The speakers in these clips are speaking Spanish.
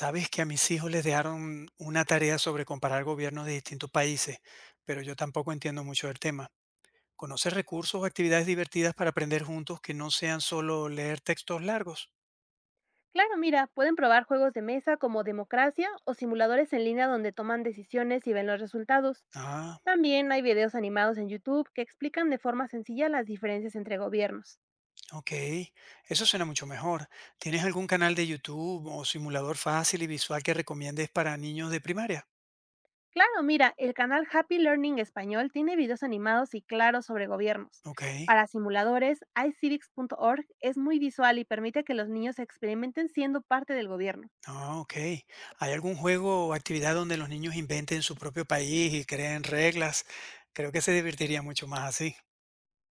Sabes que a mis hijos les dejaron una tarea sobre comparar gobiernos de distintos países, pero yo tampoco entiendo mucho del tema. ¿Conoces recursos o actividades divertidas para aprender juntos que no sean solo leer textos largos? Claro, mira, pueden probar juegos de mesa como Democracia o simuladores en línea donde toman decisiones y ven los resultados. Ah, También hay videos animados en YouTube que explican de forma sencilla las diferencias entre gobiernos. ok. Eso suena mucho mejor. ¿Tienes algún canal de YouTube o simulador fácil y visual que recomiendes para niños de primaria? Claro, mira, el canal Happy Learning Español tiene videos animados y claros sobre gobiernos. Ok. Para simuladores, iCivics.org es muy visual y permite que los niños experimenten siendo parte del gobierno. Ah, ok. ¿Hay algún juego o actividad donde los niños inventen su propio país y creen reglas? Creo que se divertiría mucho más así.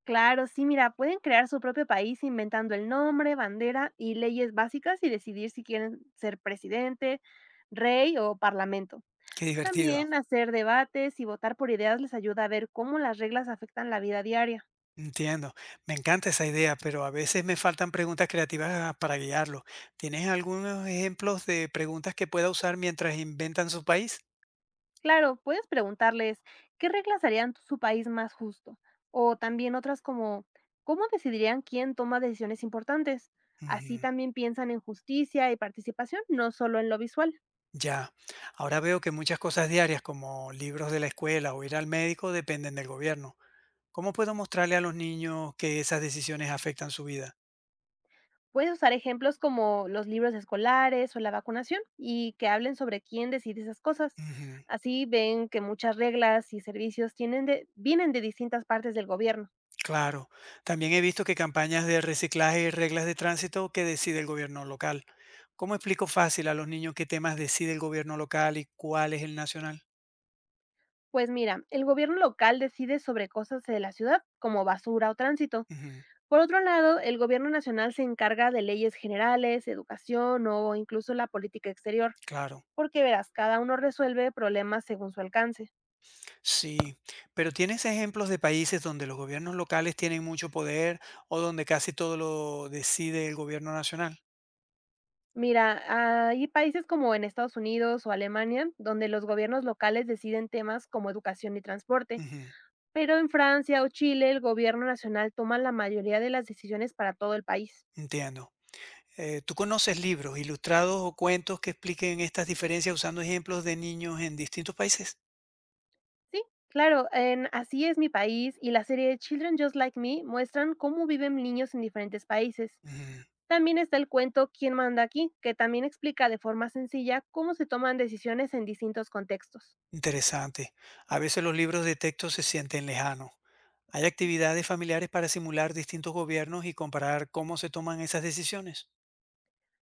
Claro, sí, mira, pueden crear su propio país inventando el nombre, bandera y leyes básicas y decidir si quieren ser presidente, rey o parlamento. Qué divertido. También hacer debates y votar por ideas les ayuda a ver cómo las reglas afectan la vida diaria. Entiendo. Me encanta esa idea, pero a veces me faltan preguntas creativas para guiarlo. ¿Tienes algunos ejemplos de preguntas que pueda usar mientras inventan su país? Claro, puedes preguntarles qué reglas harían su país más justo o también otras como cómo decidirían quién toma decisiones importantes. Así Ujú, también piensan en justicia y participación, no solo en lo visual. ya. Ahora veo que muchas cosas diarias, como libros de la escuela o ir al médico, dependen del gobierno. ¿Cómo puedo mostrarle a los niños que esas decisiones afectan su vida? Puedes usar ejemplos como los libros escolares o la vacunación y que hablen sobre quién decide esas cosas. Ujú, Así ven que muchas reglas y servicios vienen de distintas partes del gobierno. claro. También he visto que campañas de reciclaje y reglas de tránsito que decide el gobierno local. ¿Cómo explico fácil a los niños qué temas decide el gobierno local y cuál es el nacional? Pues mira, el gobierno local decide sobre cosas de la ciudad, como basura o tránsito. Ujú, Por otro lado, el gobierno nacional se encarga de leyes generales, educación o incluso la política exterior, claro, porque verás, cada uno resuelve problemas según su alcance. sí. Pero ¿tienes ejemplos de países donde los gobiernos locales tienen mucho poder o donde casi todo lo decide el gobierno nacional? Mira, hay países como en Estados Unidos o Alemania, donde los gobiernos locales deciden temas como educación y transporte, Ujú, pero en Francia o Chile el gobierno nacional toma la mayoría de las decisiones para todo el país. entiendo. ¿Tú conoces libros, ilustrados o cuentos que expliquen estas diferencias usando ejemplos de niños en distintos países? Sí, claro, en Así es mi país y la serie Children Just Like Me muestran cómo viven niños en diferentes países. Ujú, También está el cuento ¿Quién manda aquí?, que también explica de forma sencilla cómo se toman decisiones en distintos contextos. interesante. A veces los libros de texto se sienten lejanos. Hay actividades familiares para simular distintos gobiernos y comparar cómo se toman esas decisiones.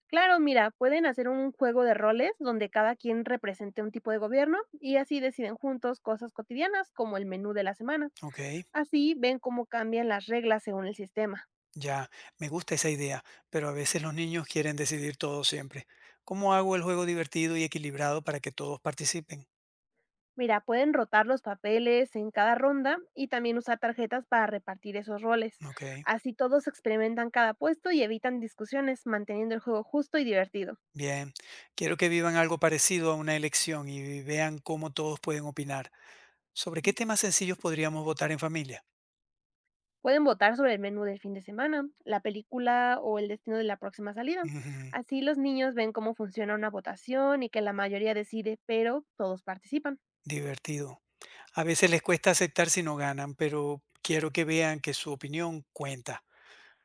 Claro, mira, pueden hacer un juego de roles donde cada quien represente un tipo de gobierno y así deciden juntos cosas cotidianas como el menú de la semana. Ok, Así ven cómo cambian las reglas según el sistema. ya, me gusta esa idea, pero a veces los niños quieren decidir todo siempre. ¿Cómo hago el juego divertido y equilibrado para que todos participen? Mira, pueden rotar los papeles en cada ronda y también usar tarjetas para repartir esos roles. Ok, Así todos experimentan cada puesto y evitan discusiones, manteniendo el juego justo y divertido. bien. Quiero que vivan algo parecido a una elección y vean cómo todos pueden opinar. ¿Sobre qué temas sencillos podríamos votar en familia? Pueden votar sobre el menú del fin de semana, la película o el destino de la próxima salida. Ujú, Así los niños ven cómo funciona una votación y que la mayoría decide, pero todos participan. divertido. A veces les cuesta aceptar si no ganan, pero quiero que vean que su opinión cuenta.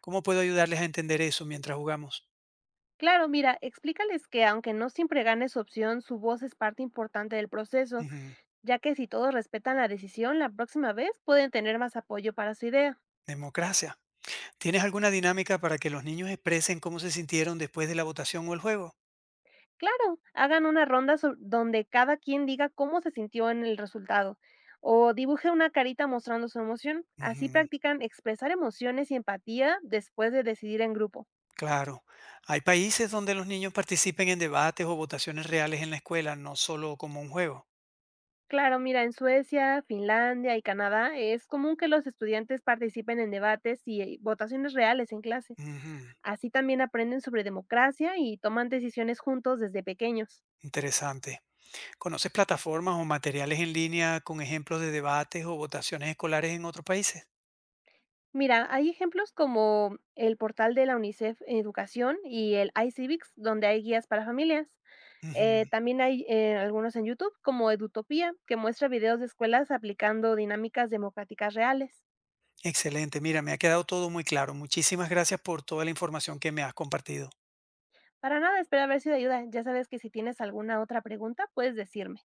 ¿Cómo puedo ayudarles a entender eso mientras jugamos? Claro, mira, explícales que aunque no siempre gane su opción, su voz es parte importante del proceso, Ujú, ya que si todos respetan la decisión, la próxima vez pueden tener más apoyo para su idea. democracia. ¿Tienes alguna dinámica para que los niños expresen cómo se sintieron después de la votación o el juego? Claro, hagan una donde cada quien diga cómo se sintió en el resultado o dibuje una carita mostrando su emoción. Así Ujú, practican expresar emociones y empatía después de decidir en grupo. claro. Hay países donde los niños participen en debates o votaciones reales en la escuela, no solo como un juego. Claro, mira, en Suecia, Finlandia y Canadá es común que los estudiantes participen en debates y votaciones reales en clase. Ujú, Así también aprenden sobre democracia y toman decisiones juntos desde pequeños. interesante. ¿Conoces plataformas o materiales en línea con ejemplos de debates o votaciones escolares en otros países? Mira, hay ejemplos como el portal de la UNICEF Educación y el iCivics, donde hay guías para familias. Ujú, También hay algunos en YouTube, como Edutopía, que muestra videos de escuelas aplicando dinámicas democráticas reales. excelente. Mira, me ha quedado todo muy claro. Muchísimas gracias por toda la información que me has compartido. Para nada, espero haber sido de ayuda. Ya sabes que si tienes alguna otra pregunta, puedes decirme.